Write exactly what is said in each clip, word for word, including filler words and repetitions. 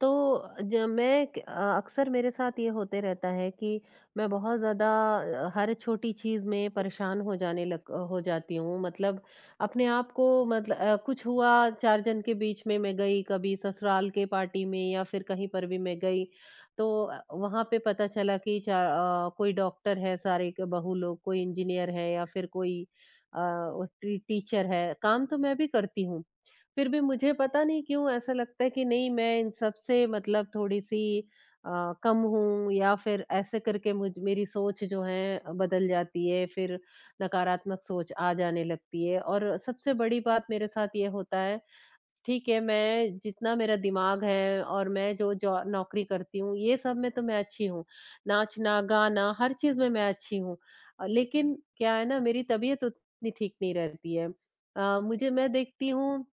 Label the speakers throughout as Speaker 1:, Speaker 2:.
Speaker 1: तो ज मैं क अ, अक्सर मेरे साथ ये होते रहता है कि मैं बहुत ज़्यादा अ, हर छोटी चीज़ में परेशान हो जाने लग हो जाती हूँ। मतलब अपने आप को मतल अ, कुछ हुआ चार जन के बीच में मैं गई, कभी ससुराल के पार्टी में या फिर कहीं पर भी मैं गई, तो अ, वहाँ पे पता चला कि चा अ, कोई डॉक्टर है, सारे क बहू लोग, कोई इंजीनियर है या फिर कोई अ, वो टी टीचर है। काम तो मैं भी करती हूँ, फिर भी मुझे पता नहीं क्यों ऐसा लगता है कि नहीं मैं इन सब से मतलब थोड़ी-सी अ, कम हूँ या फिर ऐसे करके मुझ मेरी सोच जो है अ, बदल जाती है, फिर नकारात्मक सोच आ जाने लगती है और सबसे बड़ी बात मेरे साथ ये होता है, ठीक है मैं जितना मेरा दिमाग है और मैं जो जॉ नौकरी करती हूँ, ये सब में तो मैं अच्छी हूँ, नाचना, गाना हर चीज़ में मैं अच्छी हूँ। अ, लेकिन क्या है ना मेरी तबीयत उतनी ठीक नहीं रहती है। अ, मुझे मैं देखती हूँ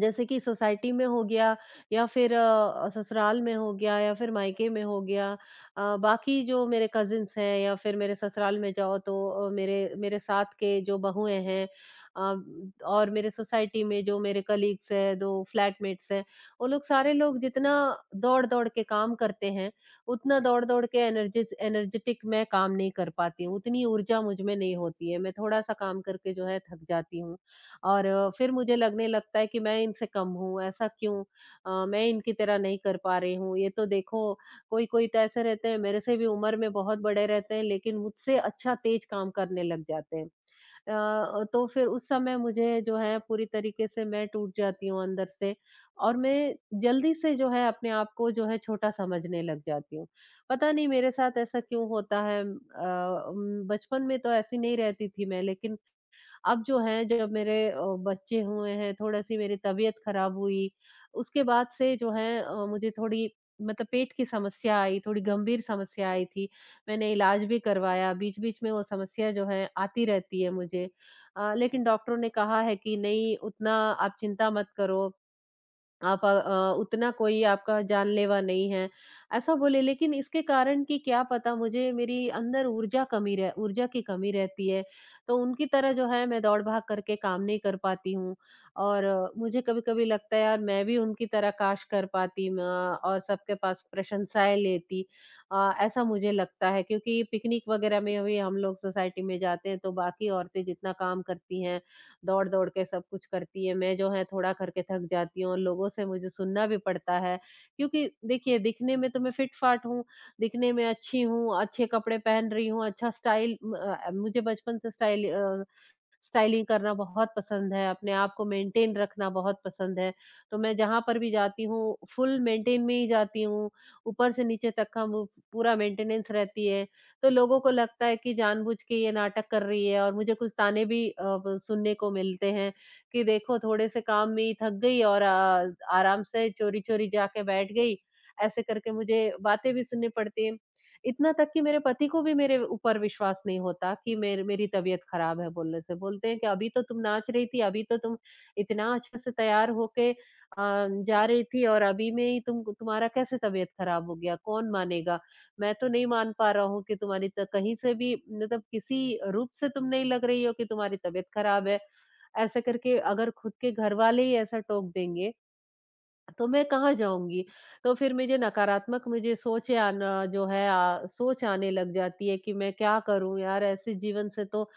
Speaker 1: जैसे कि सोसाइटी में हो गया या फिर अ, ससुराल में हो गया या फिर मायके में हो गया। अ, बाकी जो मेरे कज़िन्स हैं या फिर मेरे ससुराल में जाओ तो अ, मेरे मेरे साथ के जो बहुएँ हैं अ, और मेरे सोसाइटी में जो मेरे कलीग्स हैं, जो फ्लैटमेट्स हैं, वो लोग सारे लोग जितना दौड़-दौड़ के काम करते हैं, उतना दौड़-दौड़ के एनर्जिस एनर्जेटिक मैं काम नहीं कर पाती हूँ, उतनी ऊर्जा मुझ में नहीं होती है। मैं थोड़ा-सा काम करके जो है थक जाती हूँ। और अ, फिर मुझे लगने लगता है कि मैं इनसे कम हूँ, ऐसा क्यों? अ, मैं इनकी तरह नहीं कर पा रही हूँ। ये तो देखो कोई-कोई तो ऐसे रहते हैं मेरे से भी उम्र में बहुत बड़े रहते हैं, लेकिन मुझसे अच्छा तेज़ काम करने लग जाते हैं। अ, तो फिर उस समय मुझे जो है पूरी तरीके से मैं टूट जाती हूँ अंदर से और मैं जल्दी से जो है अपने आप को जो है छोटा समझने लग जाती हूँ। पता नहीं मेरे साथ ऐसा क्यों होता है? अ, उम, बचपन में तो ऐसी नहीं रहती थी मैं लेकिन अब जो है जब मेरे अ, बच्चे हुए हैं, थोड़ा-सी मेरी तबीयत खराब हुई, उसके बाद से जो है अ, मुझे थोड़ी मतलब पेट की समस्या आई, थोड़ी गंभीर समस्या आई थी। मैंने इलाज भी करवाया, बीच-बीच में वो समस्या जो है आती रहती है मुझे। अ, लेकिन डॉक्टरों ने कहा है कि नहीं उतना आप चिंता मत करो। आप अ, अ, उतना कोई आपका जानलेवा नहीं है, ऐसा बोले लेकिन इसके कारण कि क्या पता मुझे मेरी अंदर ऊर्जा कमी रह ऊर्जा की कमी रहती है, तो उनकी तरह जो है मैं दौड़-भाग करके काम नहीं कर पाती हूँ और अ, मुझे कभी-कभी लगता है यार मैं भी उनकी तरह काश कर पाती म और सबके पास प्रशंसाएँ लेती। अ, ऐसा मुझे लगता है क्योंकि पिकनिक वगैरह में भी हम लोग सोसाइटी में जाते हैं तो बाकी औरतें जितना काम करती हैं दौड़-दौड़ के सब कुछ करती है, मैं जो है थोड़ा करके थक जाती हूँ और लोगों से मुझे सुनना भी पड़ता है। क्योंकि देखिए दिखने में तो मैं फिट-फाट हूँ, दिखने में अच्छी हूँ, अच्छे कपड़े पहन रही हूँ, अच्छा स्टाइल म अ, मुझे बचपन से स्टाइल अ, स्टाइलिंग करना बहुत पसंद है, अपने आप को मेंटेन रखना बहुत पसंद है। तो मैं जहाँ पर भी जाती हूँ, फुल मेंटेन में ही जाती हूँ, ऊपर से नीचे तक का वो पूरा मेंटेनेंस रहती है। तो लोगों को लगता है कि जानबूझ के ये नाटक कर रही है और मुझे कुछ ताने भी अ, ब सुनने को मिलते हैं कि देखो थोड़े से काम में ही थक गई और अ, आराम से चोरी-चोरी जाके बैठ गई। ऐसे करके मुझे बातें भी सुननी पड़ती हैं। इतना तक कि मेरे पति को भी मेरे ऊपर विश्वास नहीं होता कि मेर मेरी तबीयत खराब है बोलने से। बोलते हैं कि अभी तो तुम नाच रही थी, अभी तो तुम इतना अच्छे से तैयार होके अ, जा रही थी और अभी में ही तुम तुम्हारा कैसे तबीयत खराब हो गया? कौन मानेगा? मैं तो नहीं मान पा रहा हूँ कि तुम्हारी त कहीं से भी मतलब किसी रूप से तुम नहीं लग रही हो कि तुम्हारी तबीयत खराब है। ऐसे करके अगर खुद के घर वाले ही ऐसा टोक देंगे, तो मैं कहाँ जाऊँगी? तो फिर मुझे नकारात्मक मुझे सोचे आना जो है अ, सोच आने लग जाती है कि मैं क्या करूँ यार? ऐसे जीवन से तो अ,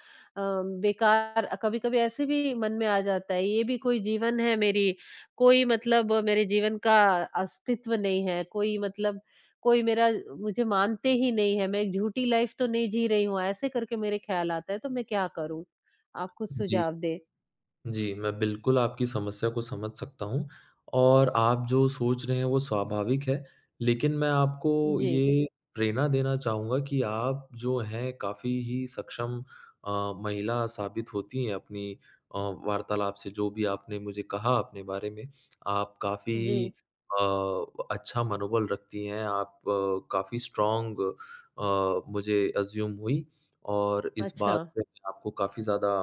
Speaker 1: बेकार कभी-कभी ऐसे भी मन में आ जाता है, ये भी कोई जीवन है मेरी, कोई मतलब मेरे जीवन का अस्तित्व नहीं है, कोई मतलब कोई मेरा मुझे मानते ही नहीं है, मैं एक झूठी लाइफ़ तो नहीं जी रही हूँ, ऐसे करके मेरे ख़्याल आता है, तो मैं क्या करूँ? आप कुछ
Speaker 2: जी,
Speaker 1: सुझाव दें।
Speaker 2: जी, मैं बिल्कुल आपकी समस्या को समझ सकता हूँ और आप जो सोच रहे हैं वो स्वाभाविक है। लेकिन मैं आपको
Speaker 1: जी,
Speaker 2: ये प्रेरणा देना चाहूँगा कि आप जो हैं काफ़ी ही सक्षम अ, महिला साबित होती हैं अपनी अ, वार्तालाप से, जो भी आपने मुझे कहा अपने बारे में। आप काफ़ी
Speaker 1: जी।
Speaker 2: अ, अच्छा मनोबल रखती हैं, आप काफ़ी स्ट्रॉन्ग अ, मुझे अज़्यूम हुई और इस
Speaker 1: अच्छा।
Speaker 2: बात पे मैं आपको काफ़ी ज़्यादा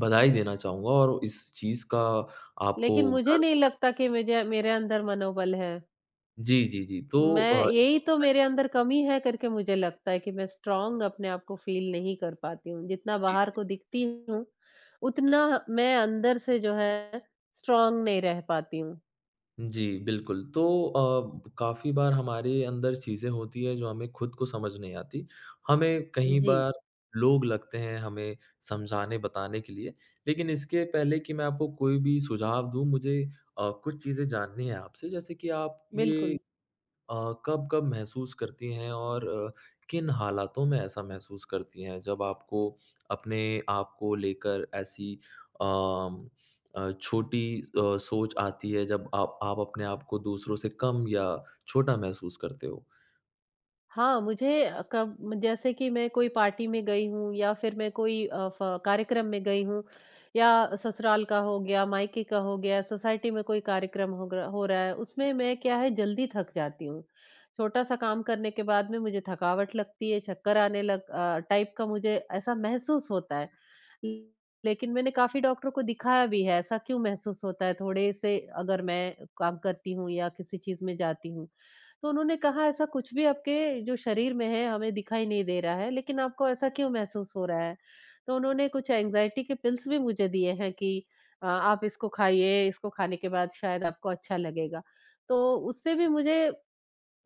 Speaker 2: बधाई देना चाहूँगा और इस चीज़ का आपको
Speaker 1: लेकिन मुझे
Speaker 2: गर्व
Speaker 1: नहीं
Speaker 2: होना
Speaker 1: लगता कि मुझे मेरे अंदर मनोबल है।
Speaker 2: जी, जी, जी। तो
Speaker 1: मैं
Speaker 2: अ,
Speaker 1: यही तो मेरे अंदर कमी है करके मुझे लगता है कि मैं स्ट्रॉन्ग अपने आप को फ़ील नहीं कर पाती हूँ। जितना
Speaker 2: जी,
Speaker 1: बाहर
Speaker 2: जी।
Speaker 1: को दिखती हूँ, उतना मैं अंदर से जो है स्ट्रॉन्ग नहीं रह पाती हूँ।
Speaker 2: जी, बिल्कुल। तो अ, काफ़ी बार हमारे अंदर चीज़ें होती हैं जो हमें खुद को समझ नहीं आती। हमें कई
Speaker 1: जी,
Speaker 2: बार लोग लगते हैं हमें समझाने, बताने के लिए। लेकिन इसके पहले कि मैं आपको कोई भी सुझाव दूँ मुझे अ, कुछ चीज़ें जाननी है आपसे जैसे कि आप ये
Speaker 1: बिल्कुल।
Speaker 2: अ, कब-कब महसूस करती हैं और अ, किन हालातों में ऐसा महसूस करती हैं? जब आपको अपने आप को लेकर ऐसी अम, अ, छोटी अ, सोच आती है जब आप आप अपने आप को दूसरों से कम या छोटा महसूस करते हो?
Speaker 1: हाँ, मुझे अ, कब जैसे कि मैं कोई पार्टी में गई हूँ या फिर मैं कोई अ, फ कार्यक्रम में गई हूँ या ससुराल का हो गया, मायके का हो गया, सोसाइटी में कोई कार्यक्रम हो ग हो रहा है, उसमें मैं क्या है जल्दी थक जाती हूँ। छोटा-सा काम करने के बाद में मुझे थकावट लगती है, चक्कर आने लग अ, टाइप का मुझे ऐसा महसूस होता है। ल- लेकिन मैंने काफ़ी डॉक्टर को दिखाया भी है, ऐसा क्यों महसूस होता है थोड़े से अगर मैं काम करती हूँ या किसी चीज़ में जाती हूँ। तो उन्होंने कहा ऐसा कुछ भी आपके जो शरीर में है हमें दिखाई नहीं दे रहा है, लेकिन आपको ऐसा क्यों महसूस हो रहा है? तो उन्होंने कुछ एंग्ज़ायटी के पिल्स भी मुझे दिए हैं कि अ, आप इसको खाइए, इसको खाने के बाद शायद आपको अच्छा लगेगा। तो उससे भी मुझे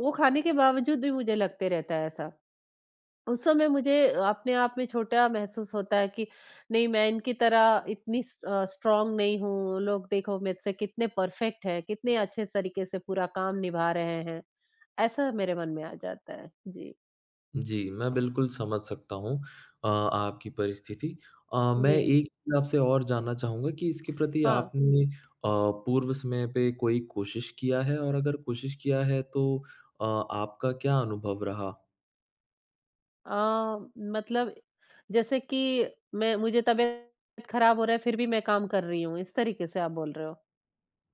Speaker 1: वो खाने के बावजूद भी मुझे लगते रहता है ऐसा। उस समय मुझे अपने आप में छोटा महसूस होता है कि नहीं मैं इनकी तरह इतनी स अ, स्ट्रॉन्ग नहीं हूँ, लोग देखो मेरे से कितने परफेक्ट है, कितने अच्छे तरीके से पूरा काम निभा रहे हैं। ऐसा मेरे मन में आ जाता है। जी,
Speaker 2: जी, मैं बिल्कुल समझ सकता हूँ अ, आपकी परिस्थिति। अ, मैं
Speaker 1: जी।
Speaker 2: एक चीज़ आपसे और जानना चाहूँगा कि इसके प्रति
Speaker 1: हाँ।
Speaker 2: आपने अ, पूर्व समय पे कोई कोशिश किया है? और अगर कोशिश किया है तो अ, आपका क्या अनुभव रहा?
Speaker 1: अ, मतलब जैसे कि मैं मुझे तबीयत ख़राब हो रहा है, फिर भी मैं काम कर रही हूँ, इस तरीके से आप बोल रहे हो?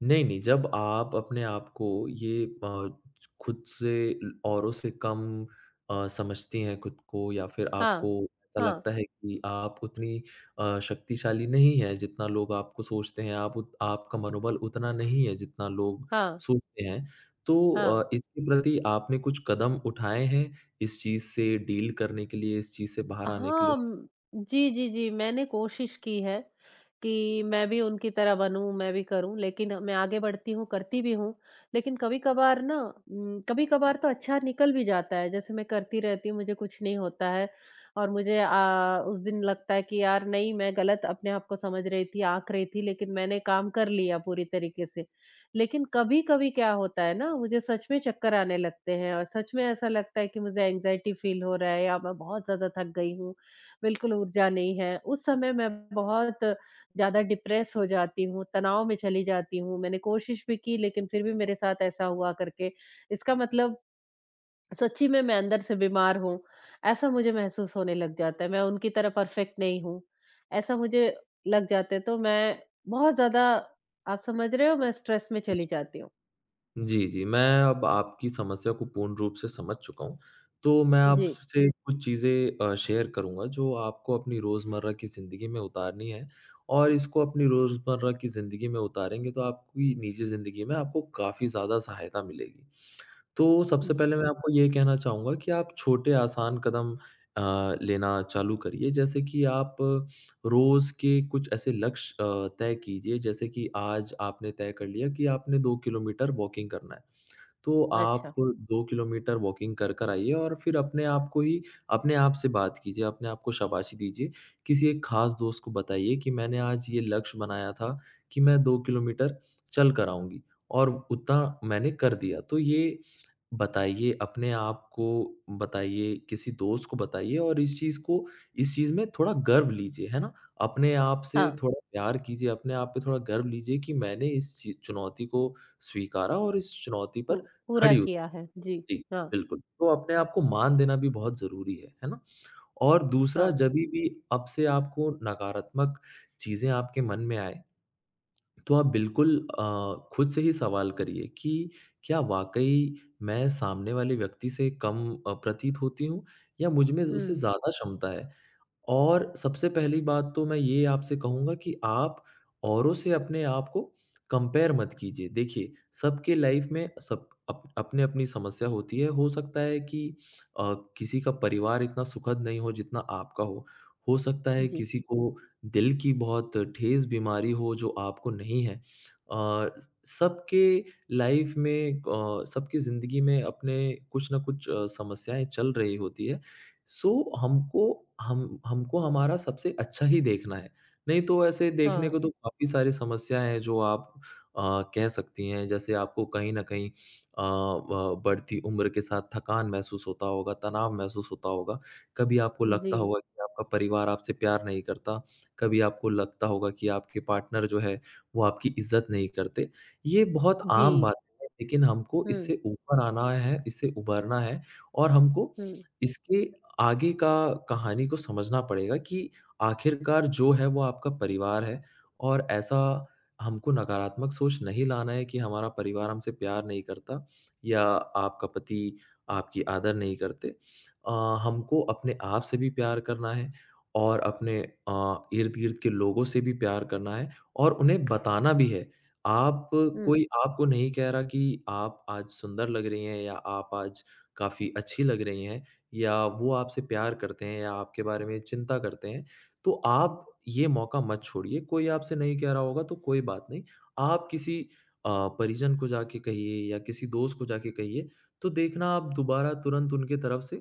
Speaker 2: नहीं, नहीं, जब आप अपने आप को ये अ, खुद से ल औरों से कम अ, समझती हैं खुद को या फिर
Speaker 1: हाँ।
Speaker 2: आपको ऐसा
Speaker 1: हाँ,
Speaker 2: लगता है कि आप उतनी अ, शक्तिशाली नहीं हैं जितना लोग आपको सोचते हैं, आप उत आपका मनोबल उतना नहीं है जितना लोग
Speaker 1: हाँ,
Speaker 2: सोचते हैं। तो
Speaker 1: हाँ।
Speaker 2: अ, इसके प्रति आपने कुछ कदम उठाए हैं इस चीज़ से डील करने के लिए, इस चीज़ से बाहर आने के
Speaker 1: हाँ,
Speaker 2: लिए?
Speaker 1: उम, जी, जी, जी, मैंने कोशिश की है कि मैं भी उनकी तरह बनूँ, मैं भी करूँ, लेकिन मैं आगे बढ़ती हूँ, करती भी हूँ, लेकिन कभी-कभार ना उम, कभी-कभार तो अच्छा निकल भी जाता है, जैसे मैं करती रहती हूँ, मुझे कुछ नहीं होता है और मुझे अ, उस दिन लगता है कि यार नहीं, मैं गलत अपने आप को समझ रही थी, आँक रही थी, लेकिन मैंने काम कर लिया पूरी तरीके से। लेकिन कभी-कभी क्या होता है ना, मुझे सच में चक्कर आने लगते हैं और सच में ऐसा लगता है कि मुझे एंग्ज़ायटी फ़ील हो रहा है या मैं बहुत ज़्यादा थक गई हूँ, बिल्कुल ऊर्जा नहीं है। उस समय मैं बहुत ज़्यादा डिप्रेस हो जाती हूँ, तनाव में चली जाती हूँ। मैंने कोशिश भी की लेकिन फिर भी मेरे साथ ऐसा हुआ करके, इसका मतलब सच्ची में मैं अंदर से बीमार हूँ, ऐसा मुझे महसूस होने लग जाता है। मैं उनकी तरह परफ़ेक्ट नहीं हूँ, ऐसा मुझे लग जाता है तो मैं बहुत ज़्यादा आप समझ रहे हो मैं स्ट्रेस में चली जाती हूँ।
Speaker 2: जी, जी। मैं अब आपकी समस्या को पूर्ण रूप से समझ चुका हूँ। तो मैं
Speaker 1: जी,
Speaker 2: आपसे कुछ चीज़ें अ, शेयर करूँगा जो आपको अपनी रोज़मर्रा की ज़िंदगी में उतारनी है और इसको अपनी रोज़मर्रा की ज़िंदगी में उतारेंगे तो आपकी निजी ज़िंदगी में आपको काफ़ी ज़्यादा सहायता मिलेगी। तो सबसे
Speaker 1: जी।
Speaker 2: पहले मैं आपको ये कहना चाहूँगा कि आप छोटे आसान कदम अ, लेना चालू करिए जैसे कि आप रोज़ के कुछ ऐसे लक्ष्य अ, तय कीजिए जैसे कि आज आपने तय कर लिया कि आपने दो किलोमीटर वॉकिंग करना है। तो
Speaker 1: अच्छा,
Speaker 2: आप दो किलोमीटर वॉकिंग कर कर आइए और फिर अपने आप को ही अपने आप से बात कीजिए, अपने आप को शाबाशी दीजिए। किसी एक ख़ास दोस्त को बताइए कि मैंने आज ये लक्ष्य बनाया था कि मैं दो किलोमीटर चल कर आऊँगी और उतना मैंने कर दिया। तो ये बताइए, अपने आप को बताइए, किसी दोस्त को बताइए और इस चीज़ को इस चीज़ में थोड़ा गर्व लीजिए, है ना? अपने आप से
Speaker 1: हाँ,
Speaker 2: थोड़ा प्यार कीजिए, अपने आप पे थोड़ा गर्व लीजिए कि मैंने इस चीज़ चुनौती को स्वीकारा और इस चुनौती
Speaker 1: पू
Speaker 2: पर
Speaker 1: पूरा
Speaker 2: खड़ी
Speaker 1: किया
Speaker 2: होती
Speaker 1: है। जी,
Speaker 2: जी,
Speaker 1: हाँ,
Speaker 2: बिल्कुल। तो अपने आप को मान देना भी बहुत ज़रूरी है, है ना? और दूसरा
Speaker 1: हाँ,
Speaker 2: जभी भी अब से आपको नकारात्मक चीज़ें आपके मन में आएँ, तो आप बिल्कुल अ, खुद से ही सवाल करिए कि क्या वाक़ई मैं सामने वाले व्यक्ति से कम अ, प्रतीत होती हूँ या मुझ में उससे
Speaker 1: हुँ,
Speaker 2: ज़्यादा क्षमता है? और सबसे पहली बात तो मैं ये आपसे कहूँगा कि आप औरों से अपने आप को कंपेयर मत कीजिए। देखिए, सबके लाइफ में सब अप अपनी-अपनी समस्या होती है। हो सकता है कि अ, किसी का परिवार इतना सुखद नहीं हो जितना आपका हो। हो सकता है
Speaker 1: जी,
Speaker 2: किसी को दिल की बहुत ठेस बीमारी हो जो आपको नहीं है। अ, स सबके लाइफ में अ, सबकी ज़िंदगी में अपने कुछ न कुछ अ, समस्याएँ चल रही होती है। सो हमको हम हमको हमारा सबसे अच्छा ही देखना है, नहीं तो ऐसे देखने
Speaker 1: हाँ,
Speaker 2: को तो काफ़ी सारी समस्याएँ हैं जो आप अ, कह सकती हैं। जैसे आपको कहीं न कहीं अ, ब बढ़ती उम्र के साथ थकान महसूस होता होगा, तनाव महसूस होता होगा। कभी आपको लगता
Speaker 1: जी,
Speaker 2: होगा कि आपका परिवार आपसे प्यार नहीं करता, कभी आपको लगता होगा कि आपके पार्टनर जो है वो आपकी इज़्ज़त नहीं करते। ये बहुत आम
Speaker 1: जी,
Speaker 2: बातें हैं लेकिन हमको
Speaker 1: हुँ,
Speaker 2: इससे ऊपर आना है, इससे उभरना है और हमको
Speaker 1: हुँ,
Speaker 2: इसके आगे का कहानी को समझना पड़ेगा कि आखिरकार जो है वो आपका परिवार है और ऐसा हमको नकारात्मक सोच नहीं लाना है कि हमारा परिवार हमसे प्यार नहीं करता या आपका पति आपकी आदर नहीं करते। अ, हमको अपने आप से भी प्यार करना है और अपने अ, इर्द-गिर्द के लोगों से भी प्यार करना है और उन्हें बताना भी है। आप
Speaker 1: हुँ,
Speaker 2: कोई आपको नहीं कह रहा कि आप आज सुंदर लग रही हैं या आप आज काफ़ी अच्छी लग रही हैं। या वो आपसे प्यार करते हैं या आपके बारे में चिंता करते हैं, तो आप ये मौका मत छोड़िए। कोई आपसे नहीं कह रहा होगा तो कोई बात नहीं। आप किसी अ, परिजन को जाके कहिए या किसी दोस्त को जाके कहिए, तो देखना आप दोबारा तुरंत उनके तरफ से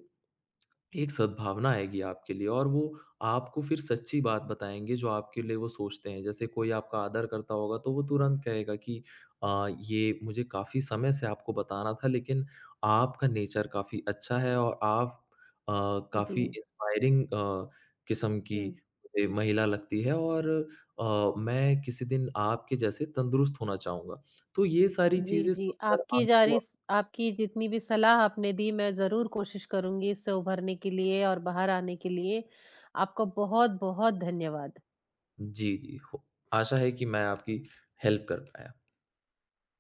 Speaker 2: एक सद्भावना आएगी आपके लिए और वो आपको फिर सच्ची बात बताएँगे जो आपके लिए वो सोचते हैं। जैसे कोई आपका आदर करता होगा तो वो तुरंत कहेगा कि अ, ये मुझे काफ़ी समय से आपको बताना था लेकिन आपका नेचर काफ़ी अच्छा है और आप अ, काफ़ी
Speaker 1: जी,
Speaker 2: इंस्पायरिंग अ, किस्म
Speaker 1: हुँ,
Speaker 2: की मुझे महिला लगती है और अ, मैं किसी दिन आपके जैसे तंदुरुस्त होना चाहूँगा। तो ये सारी
Speaker 1: जी,
Speaker 2: चीज़ें
Speaker 1: जी।
Speaker 2: सुनकर
Speaker 1: आपकी जारी
Speaker 2: आपको
Speaker 1: स आपकी जितनी भी सलाह आपने दी, मैं ज़रूर कोशिश करूँगी इससे उभरने के लिए और बाहर आने के लिए। आपका बहुत-बहुत धन्यवाद।
Speaker 2: जी, जी। हो आशा है कि मैं आपकी हेल्प कर पाया।